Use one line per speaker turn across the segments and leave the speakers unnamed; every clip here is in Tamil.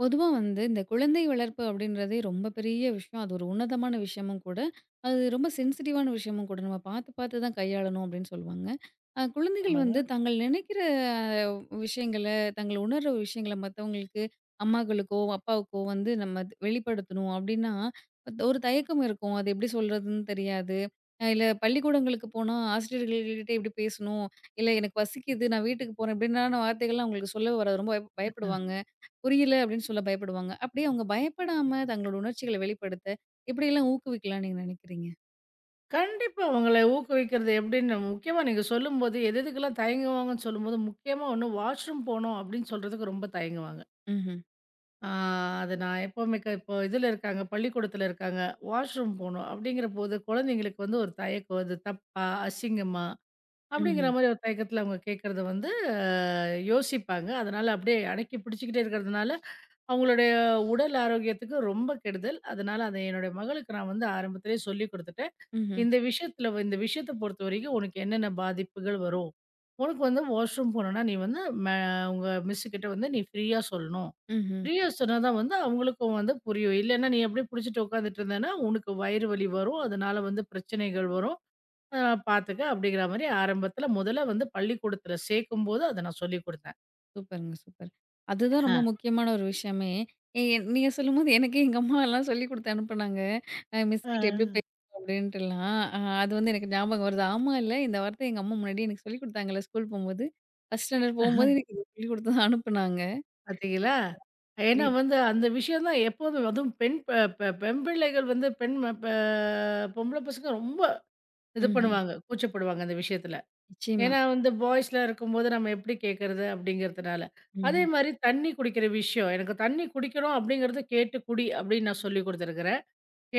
பொதுவா வந்து இந்த குழந்தை வளர்ப்பு அப்படின்றதே ரொம்ப பெரிய விஷயம். அது ஒரு உன்னதமான விஷயமும் கூட. அது ரொம்ப சென்சிட்டிவான விஷயமும் கூட. நம்ம பார்த்து பார்த்து தான் கையாளணும் அப்படின்னு சொல்லுவாங்க. குழந்தைகள்
ஆமாங்க.
வந்து தாங்கள் நினைக்கிற விஷயங்கள, தாங்கள் உணர்ற விஷயங்கள மத்தவங்களுக்கு அம்மாக்களுக்கோ, அப்பாவுக்கோ வந்து நம்ம அது வெளிப்படுத்தணும் அப்படின்னா, ஒரு தயக்கம் இருக்கும். அது எப்படி சொல்றதுன்னு தெரியாது. இல்ல பள்ளிக்கூடங்களுக்கு போனா ஆசிரியர்கள்கிட்ட எப்படி பேசணும்? இல்ல எனக்கு பசிக்குது நான் வீட்டுக்கு போறேன் இப்படின்னான வார்த்தைகள்லாம் அவங்களுக்கு சொல்ல வராது. ரொம்ப பயப்
ம்.
பயப்படுவாங்க. புரியல அப்படின்னு சொல்ல பயப்படுவாங்க. அப்படியே அவங்க பயப்படாம தங்களோட உணர்ச்சிகள வெளிப்படுத்த எப்படியெல்லாம் ஊக்குவிக்கலாம் நீங்க நினைக்கிறீங்க?
கண்டிப்பா உங்கள ஊக்குவிக்கிறது எப்படின்னு முக்கியமா நீங்க சொல்லும்போது, எது எதுக்கெல்லாம் தயங்குவாங்கன்னு சொல்லும்போது, முக்கியமா ஒண்ணு வாஷ்ரூம் போணும் அப்படின்னு சொல்றதுக்கு ரொம்ப தயங்குவாங்க.
ம்ஹ்ம்.
ஆ அது நான் எப்பவுமே இப்போ இதில இருக்காங்க, பள்ளிக்கூடத்தில இருக்காங்க. வாஷ்ரூம் போணும் அப்படிங்கிறபோது, குழந்தைங்களுக்கு வந்து ஒரு தயக்கம். அது தப்பா? அசிங்கமா? அப்படிங்கிற
ம்ஹ்ம்.
மாரி ஒரு தயக்கத்தில அவங்க கேட்கறத வந்து யோசிப்பாங்க. அதனால அப்படியே அடக்கி பிடிச்சுக்கிட்டே இருக்கிறதுனால, அவங்களுடைய உடல் ஆரோக்கியத்துக்கு ரொம்ப கெடுதல். அதனால அத என்னுடைய மகளுக்கு நான் வந்து ஆரம்பத்திலேயே சொல்லிக் குடுத்துட்டேன்.
ம்ஹ்ம்.
இந்த விஷயத்துல இந்த விஷயத்த பொறுத்தவரைக்கும் உனக்கு என்னென்ன பாதிப்புகள் வரும்? உனக்கு வந்து வாஷ்ரூம் போணும்னா, நீ வந்து ம உங்க மிஸ்ஸுகிட்ட வந்து நீ ஃப்ரீயா சொல்லணும்.
ம்ஹ்ம்.
ஃப்ரீயா சொன்னா தான் வந்து அவங்களுக்கும் வந்து புரியும். இல்லன்னா நீ அப்படியே புடிச்சுட்டு உட்காந்துட்டு இருந்தேன்னா, உனக்கு வயிறு வலி வரும். அதனால வந்து பிரச்சனைகள் வரும். அத நான் பார்த்துக்க அப்படிங்கிற மாரி ஆரம்பத்துல முதல்ல வந்து பள்ளிக்கூடத்துல சேர்க்கும்போது அத நான் சொல்லிக் குடுத்தேன்.
சூப்பருங்க, சூப்பர். அதுதான் ரொம்ப முக்கியமான ஒரு விஷயமே. ஏ, எ நீங்க சொல்லும்போது எனக்கே எங்க அம்மாலாம் சொல்லிக் குடுத்து அனுப்புனாங்க. மிஸ் கிட்ட எப்படி பேசணும் அப்படின்ட்டுலாம். அது வந்து எனக்கு ஞாபகம் வருது. ஆமா, இல்ல. இந்த வார்த்தை எங்க அம்மா முன்னாடியே எனக்கு சொல்லிக் குடுத்தாங்கல்ல ஸ்கூல் போம்போது. ஃபர்ஸ்ட் ஸ்டாண்டர்ட் போம்போது
ஆ.
எனக்கு இத சொல்லிக் குடுத்து தான் அனுப்புனாங்க.
பார்த்தீங்களா? ஏன்னா
புரியுது.
வந்து அந்த விஷயம் தான் எப்போதும் அதுவும் பெண் ப பெண் பிள்ளைகள் வந்து பெண் ம ப பொம்பள பசங்க ரொம்ப இது
ம்ஹ்ம்.
பண்ணுவாங்க, கூச்சப்படுவாங்க அந்த விஷயத்துல.
நிச்சயமா.
ஏன்னா வந்து பாய்ஸ்லாம் இருக்கும்போது நம்ம எப்படி கேட்கறது அப்படிங்கிறதுனால. அதே
ம்ஹ்ம்.
மாரி தண்ணி குடிக்கிற விஷயம், எனக்கு தண்ணி குடிக்கணும் அப்படிங்கிறது கேட்டு குடி அப்படின்னு நான் சொல்லிக் குடுத்துருக்கிறேன்.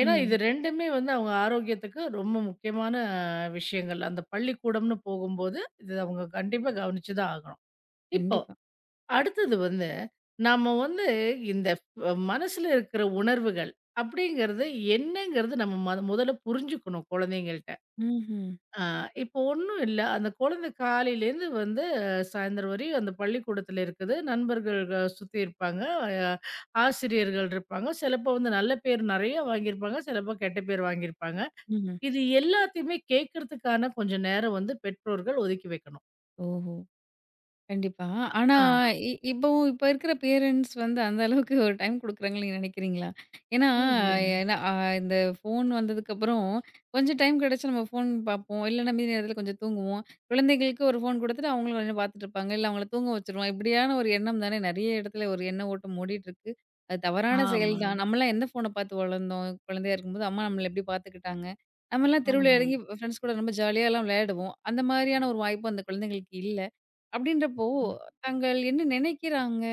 ஏன்னா இது 2மே வந்து அவங்க ஆரோக்கியத்துக்கு ரொம்ப முக்கியமான விஷயங்கள். அந்த பள்ளிக்கூடம்னு போகும்போது, இது அவங்க கண்டிப்பா கவனிச்சு தான் ஆகணும். இப்போ
கண்டிப்பா.
அடுத்தது வந்து, நாம வந்து இந்த மனசுல இருக்கிற உணர்வுகள் அப்படிங்கிறது என்னங்கிறது நம்ம முதல்ல புரிஞ்சுக்கணும் குழந்தைங்கள்ட்ட.
ம்ஹ்ம்.
ஆ இப்போ ஒண்ணும் இல்ல. அந்த குழந்தை காலையிலேருந்து வந்து சாயந்தரம் வரையும் அந்த பள்ளிக்கூடத்துல இருக்குது. நண்பர்கள் சுத்தி இருப்பாங்க. அ ஆசிரியர்கள் இருப்பாங்க. சிலப்போ வந்து நல்ல பேர் நெறைய வாங்கியிருப்பாங்க. சிலப்போ கெட்ட பேர் வாங்கியிருப்பாங்க.
ம்ஹ்ம்.
இது எல்லாத்தையுமே கேட்கறதுக்கான கொஞ்சம் நேரம் வந்து பெற்றோர்கள் ஒதுக்கி வைக்கணும்.
ஓஹோ! கண்டிப்பா. ஆனா
ஆ.
இ இப்பவும் இப்ப இருக்கிற பேரண்ட்ஸ் வந்து அந்த அளவுக்கு ஒரு டைம் குடுக்குறாங்கன்னு நீங்க நினைக்கிறீங்களா? ஏன்னா
இல்லைங்க.
ஏன்னா அ இந்த ஃபோன் வந்ததுக்கப்புறம் கொஞ்சம் டைம் கிடைச்சா நம்ம ஃபோன் பார்ப்போம். இல்லன்னா மீதி நேரத்தில கொஞ்சம் தூங்குவோம். குழந்தைகளுக்கு ஒரு ஃபோன் குடுத்துட்டு அவங்களும் கொஞ்சம் பார்த்துட்டு இருப்பாங்க. இல்ல அவங்கள தூங்க வச்சுருவோம். இப்படியான ஒரு எண்ணம் தானே நெறைய இடத்துல ஒரு எண்ண ஓட்டம் ஓடிட்டுருக்கு. அது தவறான செயல்
ஆமாங்க.
தான். நம்மலாம் எந்த ஃபோன பார்த்து வளர்ந்தோம்? குழந்தையா இருக்கும்போது அம்மா நம்மள எப்படி பார்த்துக்கிட்டாங்க? நம்மலாம் தெருவுல
ஆமாங்க.
இறங்கி ஃப்ரெண்ட்ஸ் கூட ரொம்ப ஜாலியாலாம் விளையாடுவோம். அந்த மாரியான ஒரு வாய்ப்பு அந்த குழந்தைங்களுக்கு இல்ல. அப்படின்றப்போ, தாங்கள் என்ன நினைக்கிறாங்க?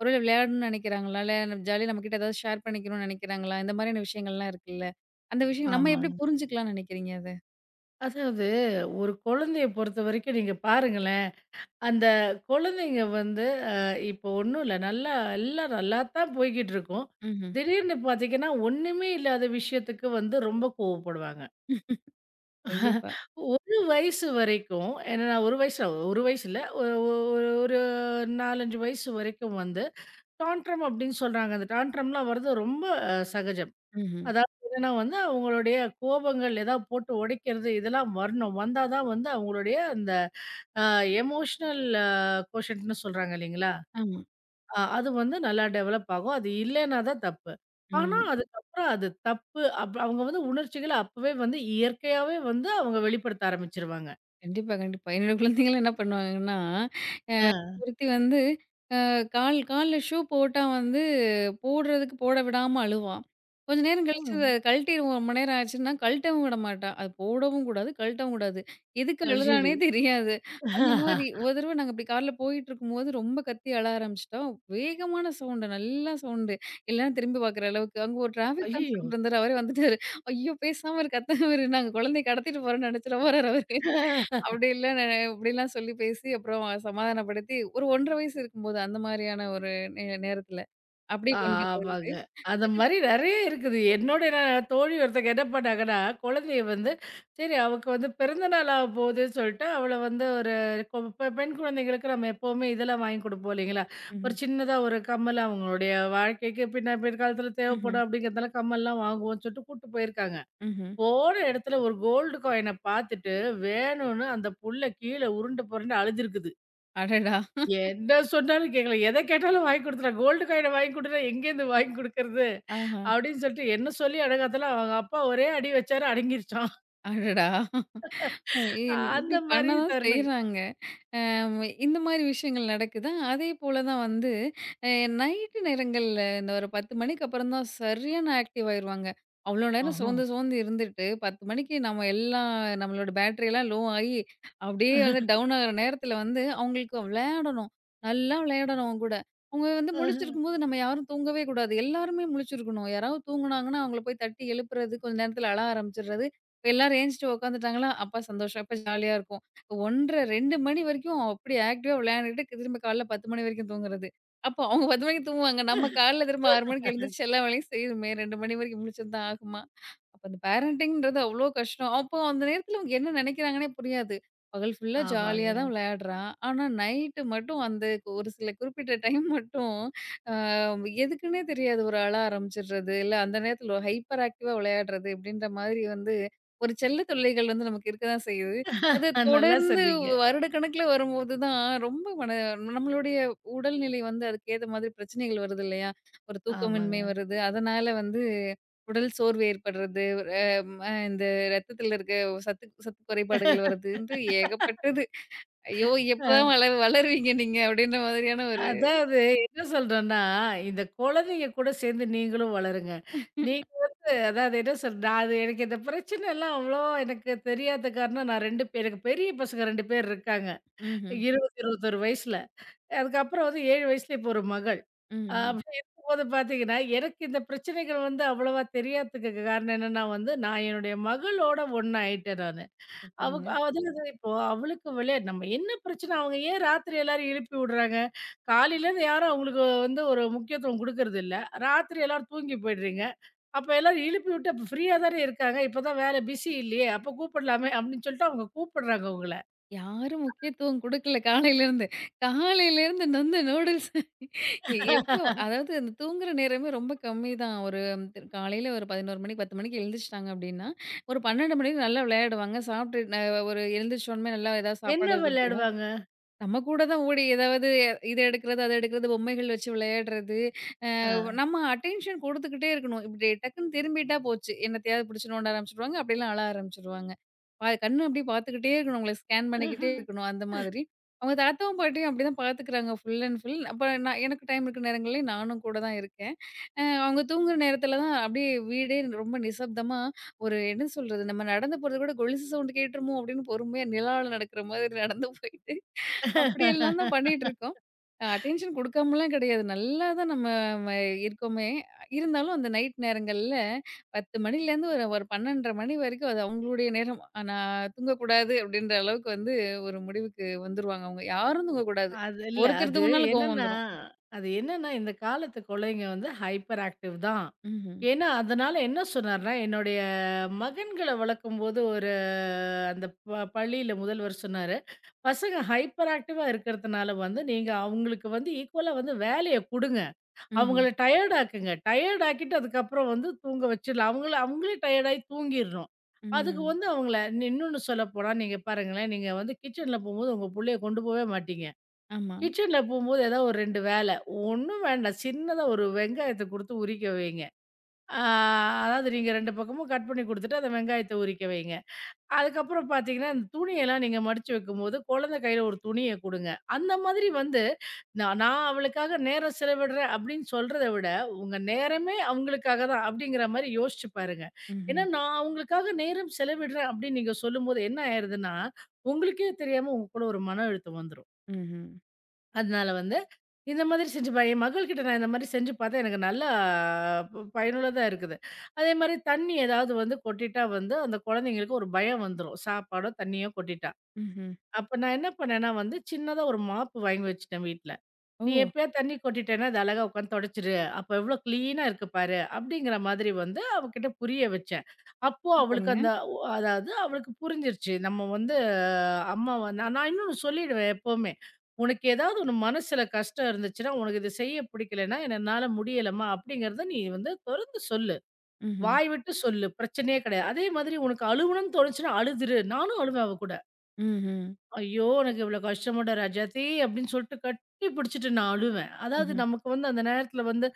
ஒருவேளை விளையாடணும்னு நினைக்கிறாங்களா? இல்ல ஜாலியா நம்மகிட்ட ஏதாவது ஷேர் பண்ணிக்கணும்னு நினைக்கிறாங்களா? இந்த மாதிரியான விஷயங்கள்லாம் இருக்குல்ல. அந்த விஷயம் நம்ம எப்படி
ஆமாங்க.
புரிஞ்சுக்கலாம்னு நினைக்கிறீங்க அத?
அதாவது ஒரு குழந்தைய பொறுத்தவரைக்கும் நீங்க பாருங்களேன், அந்த குழந்தைங்க வந்து அ இப்போ ஒண்ணும் இல்ல. நல்லா எல்லாம் நல்லாத்தான் போய்க்கிட்டு இருக்கும்.
ம்ஹ்ம்.
திடீர்னு பார்த்தீங்கன்னா, ஒண்ணுமே இல்லாத விஷயத்துக்கு வந்து ரொம்ப கோவப்படுவாங்க.
கண்டிப்பா.
ஒரு வயசு வரைக்கும் ஏன்னா நான் ஒரு வயசு ஒரு வயசு இல்ல. ஒ ஒ ஒரு 4, 5 வயசு வரைக்கும் வந்து டான்ட்ரம் அப்படின்னு சொல்றாங்க. அந்த டான்ட்ரம்லாம் வர்றது ரொம்ப சகஜம்.
ம்ஹ்ம்.
அதாவது என்னன்னா வந்து அவங்களுடைய கோபங்கள், ஏதாவது போட்டு உடைக்கிறது இதெல்லாம் வரணும். வந்தா தான் வந்து அவங்களுடைய அந்த அ எமோஷனல் கோஷன்ட்ன்னு சொல்றாங்க இல்லைங்களா?
ஆமா.
அது வந்து நல்லா டெவலப் ஆகும். அது இல்லைன்னா தான் தப்பு. ஆனா,
ம்.
அதுக்கப்புறம் அது தப்பு அப் அவங்க வந்து உணர்ச்சிகள அப்பவே வந்து இயற்கையாவே வந்து அவங்க வெளிப்படுத்த ஆரம்பிச்சுருவாங்க.
கண்டிப்பா, கண்டிப்பா. என்னோட குழந்தைங்கலாம் என்ன பண்ணுவாங்கன்னா, அ
ஆ.
ஒருத்தி வந்து அ கால் கால்ல ஷூ போட்டா வந்து போடுறதுக்கு போட விடாம அழுவா. கொஞ்ச நேரம் கழிச்சு அத
ம்.
கழட்டிருவோம். ரொம்ப நேரம் ஆச்சுன்னா கழட்டவும் விட மாட்டா. அது போடவும் கூடாது, கழட்டவும் கூடாது. எதுக்கு
அது
அழுறானே
சரி.
தெரியாது. அந்த மாரி ஒரு தடவ நாங்க இப்டி கார்ல போயிட்டுருக்கும்போது ரொம்ப கத்தி அழ ஆரம்பிச்சுட்டா. வேகமான சவுண்டு, நல்லா சவுண்டு. எல்லாரும் திரும்பி பாக்குற அளவுக்கு. அங்க ஒரு டிராஃபிக்
ஐயய்யோ!
கான்ஸ்டபிள் இருந்தாரு. அவரே வந்துட்டாரு. ஐயோ! பேசாம இரு, கத்தாம இரு. நாங்க குழந்தைய கடத்திட்டு போறோம்னு நெனச்சிட போறாரு அவரு. அப்படி இல்ல இப்படிலாம் சொல்லி பேசி அப்புறம் சமாதானப்படுத்தி, ஒரு 1 1/2 வயசு இருக்கும்போது அந்த மாரியான ஒரு நேரத்துல, அப்படி பண்றது உண்டு.
ஆமாங்க. அந்த மாரி நெறைய இருக்குது. என்னோட நான் தோழி ஒருத்தங்க என்ன பண்ணாங்கன்னா, குழந்தைய வந்து சரி அவக்கு வந்து பிறந்த நாள் ஆக போகுதுன்னு சொல்லிட்டு, அவள வந்து ஒரு கொ பெ பெண் குழந்தைங்களுக்கு நம்ம எப்பவுமே இதெல்லாம் வாங்கி குடுப்போம் இல்லைங்களா? ஒரு
ம்ஹ்ம்.
சின்னதா ஒரு கம்மல் அவங்களுடைய வாழ்க்கைக்கு பிற்காலத்துல
ம்ஹ்ம்.
தேவைப்படும் அப்படிங்கிறதால கம்மல்லாம் வாங்குவோம்ன்னு சொல்லிட்டு கூட்டு போயிருக்காங்க.
ம்ஹ்ம்.
போன இடத்துல ஒரு கோல்டு காயின பார்த்துட்டு வேணும்னு அந்த புள்ள கீழ உருண்டு புரண்டு அழுதுருக்குது.
அடடா!
என்ன சொன்னாலும் கேட்கல. எத கேட்டாலும் வாங்கி குடுத்துட்டா. கோல்டு காயின வாங்கி குடுனா எங்கேருந்து வாங்கி குடுக்கறது?
ஆஹா.
அப்படின்னு சொல்லிட்டு என்ன சொல்லி அடங்காதல அவங்க அப்பா ஒரே அடி வச்சாரு அடங்கிருச்சான்.
அடடா! ஏ
அந்த
இப்படி பண்ண
மாரி
தான்
தருணங்க.
செய்றாங்க. அம் இந்த மாரி விஷயங்கள் நடக்குதா, அதேபோல தான் வந்து அ நைட்டு நேரங்கள்ல இந்த ஒரு 10 மணிக்கு அப்புறம் தான் சரியான ஆக்டிவ் ஆயிருவாங்க. அவ்வளோ நேரம்
ஆஹா.
சோர்ந்து சோர்ந்து இருந்துட்டு 10 மணிக்கு நம்ம எல்லாம் நம்மளோட பேட்டரியெல்லாம் லோ ஆயி, அப்படியே வந்து டவுன் ஆகுற நேரத்தில வந்து அவங்களுக்கு விளையாடணும். நல்லா விளையாடணும் அவங்க கூட. அவங்க வந்து முழிச்சிருக்கும்போது நம்ம யாரும் தூங்கவே கூடாது. எல்லாருமே முழிச்சிருக்கணும். யாராவது தூங்குனாங்கன்னா, அவங்கள போய் தட்டி எழுப்புறது, கொஞ்ச நேரத்தில அழ ஆரம்பிச்சுடுறது. இப்ப எல்லாரும் ஏந்திச்சுட்டு உட்காந்துட்டாங்களா, அப்பா சந்தோஷம். அப்ப ஜாலியா இருக்கும். 1 1/2, 2 மணி வரைக்கும் அப்படி ஆக்டிவா விளையாண்டுட்டு திரும்ப காலைல 10 மணி வரைக்கும் தூங்குறது. அப்போ அவங்க 10 மணிக்கு தூங்குவாங்க. நம்ம காலைல திரும்ப 6 மணிக்கு எழுந்திரிச்சு எல்லா வேலையும் செய்யணுமே 2 மணி வரைக்கும் முழிச்சிருந்தா ஆகுமா? அப்ப அந்த பேரண்டிங்ன்றது அவ்ளோ கஷ்டம். அப்போ அந்த நேரத்துல அவங்க என்ன நினைக்கிறாங்கன்னே புரியாது. பகல் ஃபுல்லா ஜாலியா
ஆமாங்க.
தான் விளையாடுறான். ஆனா நைட்டு மட்டும் அந்த ஒரு சில குறிப்பிட்ட டைம் மட்டும் அ எதுக்குன்னே தெரியாது. ஒரு அழ ஆரம்பிச்சுடுறது, இல்ல அந்த நேரத்துல ஹைப்பர் ஆக்டிவா விளையாடுறது இப்படின்ற மாதிரி வந்து ஒரு செல்ல தொல்லைகள் வந்து நமக்கு இருக்க தான் செய்யுது. அது
நல்லா
தொடர்ந்து
சொன்னீங்க.
வருடக்கணக்குல வரும்போது தான் ரொம்ப நம்மளுடைய உடல்நிலை வந்து அதுக்கு ஏத்த மாதிரி பிரச்சனைகள் வருது இல்லையா? ஒரு தூக்கமின்மை
ஆமாங்க.
வருது. அதனால வந்து உடல் சோர்வு ஏற்படுறது, அ ம இந்த ரத்தத்துல இருக்க சத்து சத்து குறைபாடுகள் வர்றதுன்ட்டு ஏகப்பட்டது. ஐயோ! எப்பதான்
அ
வளருவீங்க நீங்க அப்படின்ற மாதிரியான ஒரு
அதாவது என்ன சொல்றேன்னா, இந்த குழந்தைங்க கூட சேர்ந்து நீங்களும் வளருங்க. நீங்க வந்து அதாவது என்ன சொல் நான் அது எனக்கு இந்த பிரச்சனைலாம் அவ்வளவா எனக்கு தெரியாத காரணம் நான் 2 பேர் எனக்கு பெரிய பசங்க 2 பேர் இருக்காங்க.
ம்ஹ்ம்.
20, 21 வயசுல. அதுக்கப்புறம் வந்து 7 வயசுல இப்போ ஒரு மகள்.
ம்ஹ்ம்.
அப்படி இருக்கும்போது பார்த்தீங்கன்னா, எனக்கு இந்த பிரச்சனைகள் வந்து அவ்வளவா தெரியாததுக்கு காரணம் என்னன்னா வந்து, நான் என்னுடைய மகளோட ஒண்ணாயிட்டேன் நானு.
சூப்பருங்க.
அவங்க அதாவது இப்போ அவளுக்கு நம்ம என்ன பிரச்சனை அவங்க ஏன் ராத்திரி எல்லாரும் எழுப்பி விடுறாங்க? காலையிலேருந்து யாரும் அவங்களுக்கு வந்து ஒரு முக்கியத்துவம் குடுக்கறதில்ல. ராத்திரி எல்லாரும் தூங்கி போயிடுறீங்க. அப்ப எல்லாரும் எழுப்பி விட்டு அப்ப ஃப்ரீயா தானே இருக்காங்க. இப்பதான் வேலை பிஸி இல்லையே! அப்ப கூப்பிடலாமே! அப்படின்னு சொல்லிட்டு அவங்க கூப்பிடுறாங்க உங்கள.
யாரும் முக்கியத்துவம் குடுக்கல காலையிலேருந்து. காலையிலேருந்து நொந்து நூடுல்ஸ் எப்போ அதாவது அந்த தூங்குற நேரமே ரொம்ப கம்மி தான். காலையில ஒரு 11 மணிக்கு 10 மணிக்கு எழுந்திரிச்சுட்டாங்க அப்படின்னா, ஒரு 12 மணிக்கு நல்லா விளையாடுவாங்க. சாப்பிட்டு ந ஒரு எழுந்திரிச்ச உடனே நல்லா ஏதாவது
என்ன
சாப்பாடு குடுத்துருவோம்.
விளையாடுவாங்க?
நம்ம கூட தான் ஓடி ஏதாவது இத எடுக்கிறது, அத எடுக்கிறது, பொம்மைகள் வச்சு விளையாடுறது. அ
ஆ.
நம்ம அட்டென்ஷன் குடுத்துக்கிட்டே இருக்கணும். இப்படி டக்குன்னு திரும்பிட்டா போச்சு. என்னத்தையாவது புடிச்சு நோண்ட ஆரம்பிச்சுருவாங்க. அப்படிலாம் அழ ஆரம்பிச்சுருவாங்க. கண்ணு அப்படியே பார்த்துக்கிட்டே இருக்கணும். உங்கள ஸ்கேன் பண்ணிக்கிட்டே இருக்கணும். அந்த மாதிரி. அவங்க தாத்தாவும், பாட்டியும் அப்படிதான் பார்த்துக்கிறாங்க ஃபுல் அண்ட் ஃபுல். அப்ப நான் எனக்கு டைம் இருக்க நேரங்கள்ல நானும் கூட தான் இருக்கேன். அவங்க தூங்குற நேரத்துல தான் அப்படியே வீடே ரொம்ப நிசப்தமா ஒரு என்ன சொல்றது? நம்ம நடந்து போறது கூட கொலுசு சவுண்ட் கேட்டுருமோ அப்படின்னு பொறுமையா நிலாவுல நடக்கிற மாதிரி நடந்து போயிட்டு அப்படியெல்லாம் தான் பண்ணிட்டுருக்கோம். அட்டென்ஷன் குடுக்காமலாம் கிடையாது. நல்லா தான் நம்ம ம இருக்கோமே! இருந்தாலும் அந்த நைட் நேரங்கள்ல 10 மணிலேருந்து ஒரு ஒரு 12:30 மணி வரைக்கும் அது அவங்களுடைய நேரம். நான் தூங்கக்கூடாது அப்படின்ற அளவுக்கு வந்து ஒரு முடிவுக்கு வந்துருவாங்க அவங்க. யாரும் தூங்கக்கூடாது.
அது இல்ல.
ஒருத்தர் தூங்குனாலும் கோவம்
என்னன்னா
வந்துரும்.
அது என்னன்னா, இந்த காலத்து குழந்தைங்க வந்து ஹைப்பர் ஆக்டிவ் தான்.
ம்ஹ்ம்.
ஏன்னா, அதனால என்ன சொன்னார்ன்னா, என்னுடைய மகன்கள வளர்க்கும்போது ஒரு அந்த ப பள்ளியில முதல்வர் சொன்னாரு, "பசங்க ஹைப்பர் ஆக்டிவா இருக்கிறதுனால வந்து, நீங்க அவங்களுக்கு வந்து ஈக்குவலா வந்து வேலைய குடுங்க.
ம்ஹ்ம்.
அவங்கள டயர்ட் ஆக்குங்க. டயர்ட் ஆக்கிட்டு அதுக்கப்புறம் வந்து தூங்க வச்சிடலாம். அவங்கள அவங்களே டயர்ட் ஆயி தூங்கிடணும். அதுக்கு
ம்.
வந்து அவங்கள இன்னொன்னு சொல்லப்போனா, நீங்க பாருங்களேன், நீங்க வந்து கிச்சன்ல போம்போது உங்க புள்ளைய கொண்டு போவே மாட்டீங்க."
ஆமா.
கிச்சன்ல போம்போது ஏதாவது ஒரு 2 வேல. ஒண்ணும் வேண்டாம். சின்னதா ஒரு வெங்காயத்த குடுத்து உரிக்க வைங்க. ஆ அதாவது நீங்க 2 பக்கமும் கட் பண்ணி குடுத்துட்டு, அந்த வெங்காயத்த உரிக்க வைங்க. அதுக்கப்புறம் பார்த்தீங்கன்னா, அந்த துணியெல்லாம் நீங்க மடிச்சு வைக்கும்போது, குழந்தை கையில ஒரு துணிய குடுங்க. அந்த மாதிரி வந்து, நான் நான் அவளுக்காக நேரம் செலவிடுறேன் அப்படின்னு சொல்றத விட, உங்க நேரமே அவங்களுக்காக தான் அப்படிங்கிற மாரி யோசிச்சு பாருங்க.
ம்ஹ்ம்.
ஏன்னா, நான் அவங்களுக்காக நேரம் செலவிடுறேன் அப்படின்னு நீங்க சொல்லும்போது என்ன ஆயிருதுன்னா, உங்களுக்கே தெரியாம உங்க கூட ஒரு மன அழுத்தம் வந்துரும்.
ம்ஹ்ம்.
அதனால வந்து, இந்த மாதிரி செஞ்சு ப என் மகள்கிட்ட நான் இந்த மாதிரி செஞ்சு பார்த்தேன். எனக்கு நல்லா பயனுள்ளதா இருக்குது. அதேமாரி தண்ணி ஏதாவது வந்து கொட்டிட்டா வந்து, அந்த குழந்தைங்களுக்கு ஒரு பயம் வந்துரும். சாப்பாடோ, தண்ணியோ கொட்டிட்டா.
ம்ஹ்ம்.
அப்ப நான் என்ன பண்ணேன்னா வந்து, சின்னதா ஒரு மாப்பு வாங்கி வச்சுட்டேன் வீட்ல. நீ
ஓ!
எப்பயாவது தண்ணி கொட்டிட்டேன்னா, அது அழகா உட்காந்து தொடச்சிடு. அப்ப எவ்ளோ கிளீனா இருக்கு பாரு. அப்படிங்கிற மாதிரி வந்து அவகிட்ட புரிய வச்சேன். அப்போ அவளுக்கு
சூப்பருங்க.
அந்த ஒ அதாவது அவளுக்கு புரிஞ்சிருச்சு. நம்ம வந்து அம்மா வ நான் நான் இன்னொன்னு சொல்லிடுவேன் எப்பவுமே. "உனக்கு ஏதாவது ஒண்ணு மனசுல கஷ்டம் இருந்துச்சுன்னா, உனக்கு இது செய்ய பிடிக்கலன்னா, என்னால முடியலம்மா" அப்படிங்கிறத நீ வந்து தொறந்து சொல்லு.
ம்ஹ்ம்.
வாய் விட்டு சொல்லு. பிரச்சனையே கிடையாது. அதே மாதிரி உனக்கு அழுவணும்னு தோணுச்சுன்னா, அழுதுரு. நானும் அழுவேன் அவ கூட.
ம்ஹ்ம்.
ஐயோ! எனக்கு இவ்ளோ கஷ்டமாடா ராஜாத்தி அப்படின்னு சொல்லிட்டு கட்டி பிடிச்சிட்டு நான் அழுவேன். அதாவது
ம்ஹ்ம்.
நமக்கு வந்து அந்த நேரத்துல வந்து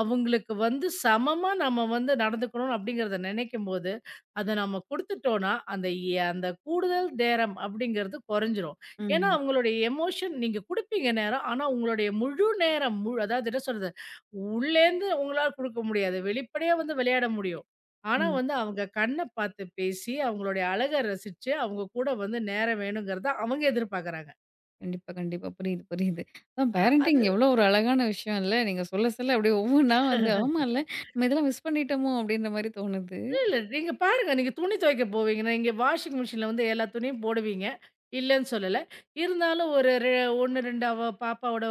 அவங்களுக்கு வந்து சமமா நம்ம வந்து நடந்துக்கணும் அப்படிங்கிறத நினைக்கும்போது, அத நம்ம குடுத்துட்டோம்னா, அந்த கூடுதல் நேரம் அப்படிங்கிறது குறைஞ்சிரும். ஏன்னா
ம்ஹ்ம்.
அவங்களுடைய எமோஷன் நீங்க குடுப்பீங்க நேரம். ஆனா உங்களுடைய முழு நேரம், முழு அதாவது என்ன சொல்றது? உள்ளேருந்து உங்களால குடுக்க முடியாது. வெளிப்படையா வந்து விளையாட முடியும். ஆனா
ஆமா.
வந்து அவங்க கண்ண பார்த்து பேசி, அவங்களுடைய அழக ரசிச்சு, அவங்க கூட வந்து நேரம் வேணுங்கிறத அவங்க எதிர்பார்க்குறாங்க.
கண்டிப்பா, கண்டிப்பா. புரியுது, புரியுது. அதான் பேரண்டிங்
அது
எவ்வளோ ஒரு அழகான விஷயம் இல்ல. நீங்க சொல்ல சொல்ல அப்படியே ஒவ்வொன்னா வந்து ஆமால்ல, நம்ம இதெல்லாம் மிஸ் பண்ணிட்டோமோ! அப்படின்ற மாரி தோணுது.
இல்ல நீங்க பாருங்க. நீங்க துணி துவைக்க போவீங்கன்னா, நீங்க வாஷிங் மிஷின்ல வந்து எல்லா துணியும் போடுவீங்க. இல்லன்னு சொல்லல. இருந்தாலும் ஒரு ரெ 1, 2 அவ பாப்பாவோட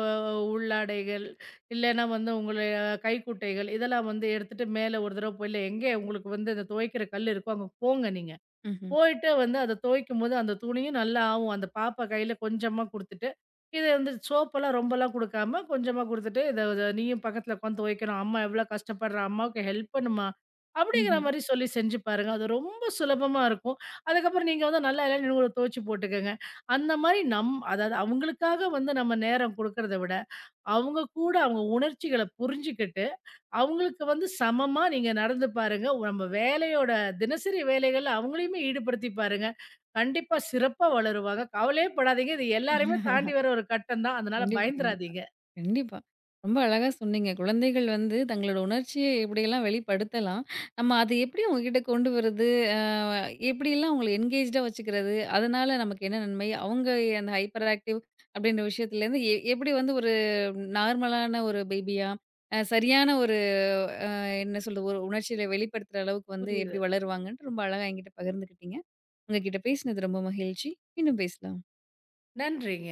உள்ளாடைகள், இல்லன்னா வந்து உங்களுடைய கைக்குட்டைகள் இதெல்லாம் வந்து எடுத்துட்டு மேல ஒரு தடவ போய் இல்ல எங்கே உங்களுக்கு வந்து இந்த துவைக்கிற கல் இருக்கோ, அங்க போங்க நீங்க.
ம்ஹ்ம்.
போயிட்டு வந்து அத துவைக்கும்போது, அந்த துணியும் நல்லா ஆவும். அந்த பாப்பா கையில கொஞ்சமா குடுத்துட்டு, இத வந்து சோப்பெல்லாம் ரொம்பலாம் குடுக்காம, கொஞ்சமா குடுத்துட்டு, "இத இத நீயும் பக்கத்துல உட்காந்து துவைக்கணும். அம்மா எவ்ளோ கஷ்டப்படுறா. அம்மாவுக்கு ஹெல்ப் பண்ணுமா." அப்படிங்கிற
ம்ஹ்ம்.
மாரி சொல்லி செஞ்சு பாருங்க. அது ரொம்ப சுலபமா இருக்கும். அதுக்கப்புறம் நீங்க வந்து நல்லா இல்லன்னு கூட துவைச்சு போட்டுக்கங்க. அந்த மாரி நம் அதாவது அவங்களுக்காக வந்து நம்ம நேரம் குடுக்கறத விட, அவங்க கூட அவங்க உணர்ச்சிகள புரிஞ்சுகிட்டு அவங்களுக்கு வந்து சமமா நீங்க நடந்து பாருங்க. உ- நம்ம வேலையோட தினசரி வேலைகள்ல அவங்களையுமே ஈடுபடுத்தி பாருங்க. கண்டிப்பா சிறப்பா வளருவாங்க. கவலையே படாதீங்க. இது எல்லாரையுமே தாண்டி வர ஒரு கட்டம் தான். அதனால
கண்டிப்பா, கண்டிப்பா.
பயந்துறாதீங்க.
கண்டிப்பா. ரொம்ப அழகா சொன்னீங்க. குழந்தைகள் வந்து தங்களோட உணர்ச்சிய எப்படியெல்லாம் வெளிப்படுத்தலாம். நம்ம அது எப்படி அவங்ககிட்ட கொண்டு வர்றது? அ எப்படியெல்லாம் அவங்கள என்கேஜ்டா வச்சுக்கிறது? அதனால நமக்கு என்ன நன்மை? அவங்க அந்த ஹைப்பர் ஆக்டிவ் அப்படின்ற விஷயத்துலேருந்து எப்படி வந்து ஒரு நார்மலான ஒரு பேபியா, சரியான ஒரு அ என்ன சொல்றது? ஒரு உணர்ச்சியில வெளிப்படுத்துற அளவுக்கு வந்து
புரியுது.
எப்படி வளருவாங்கன்ட்டு ரொம்ப அழகா என்கிட்ட பகிர்ந்துக்கிட்டீங்க. உங்ககிட்ட பேசினது ரொம்ப மகிழ்ச்சி. மீண்டும் பேசலாம்.
நன்றிங்க.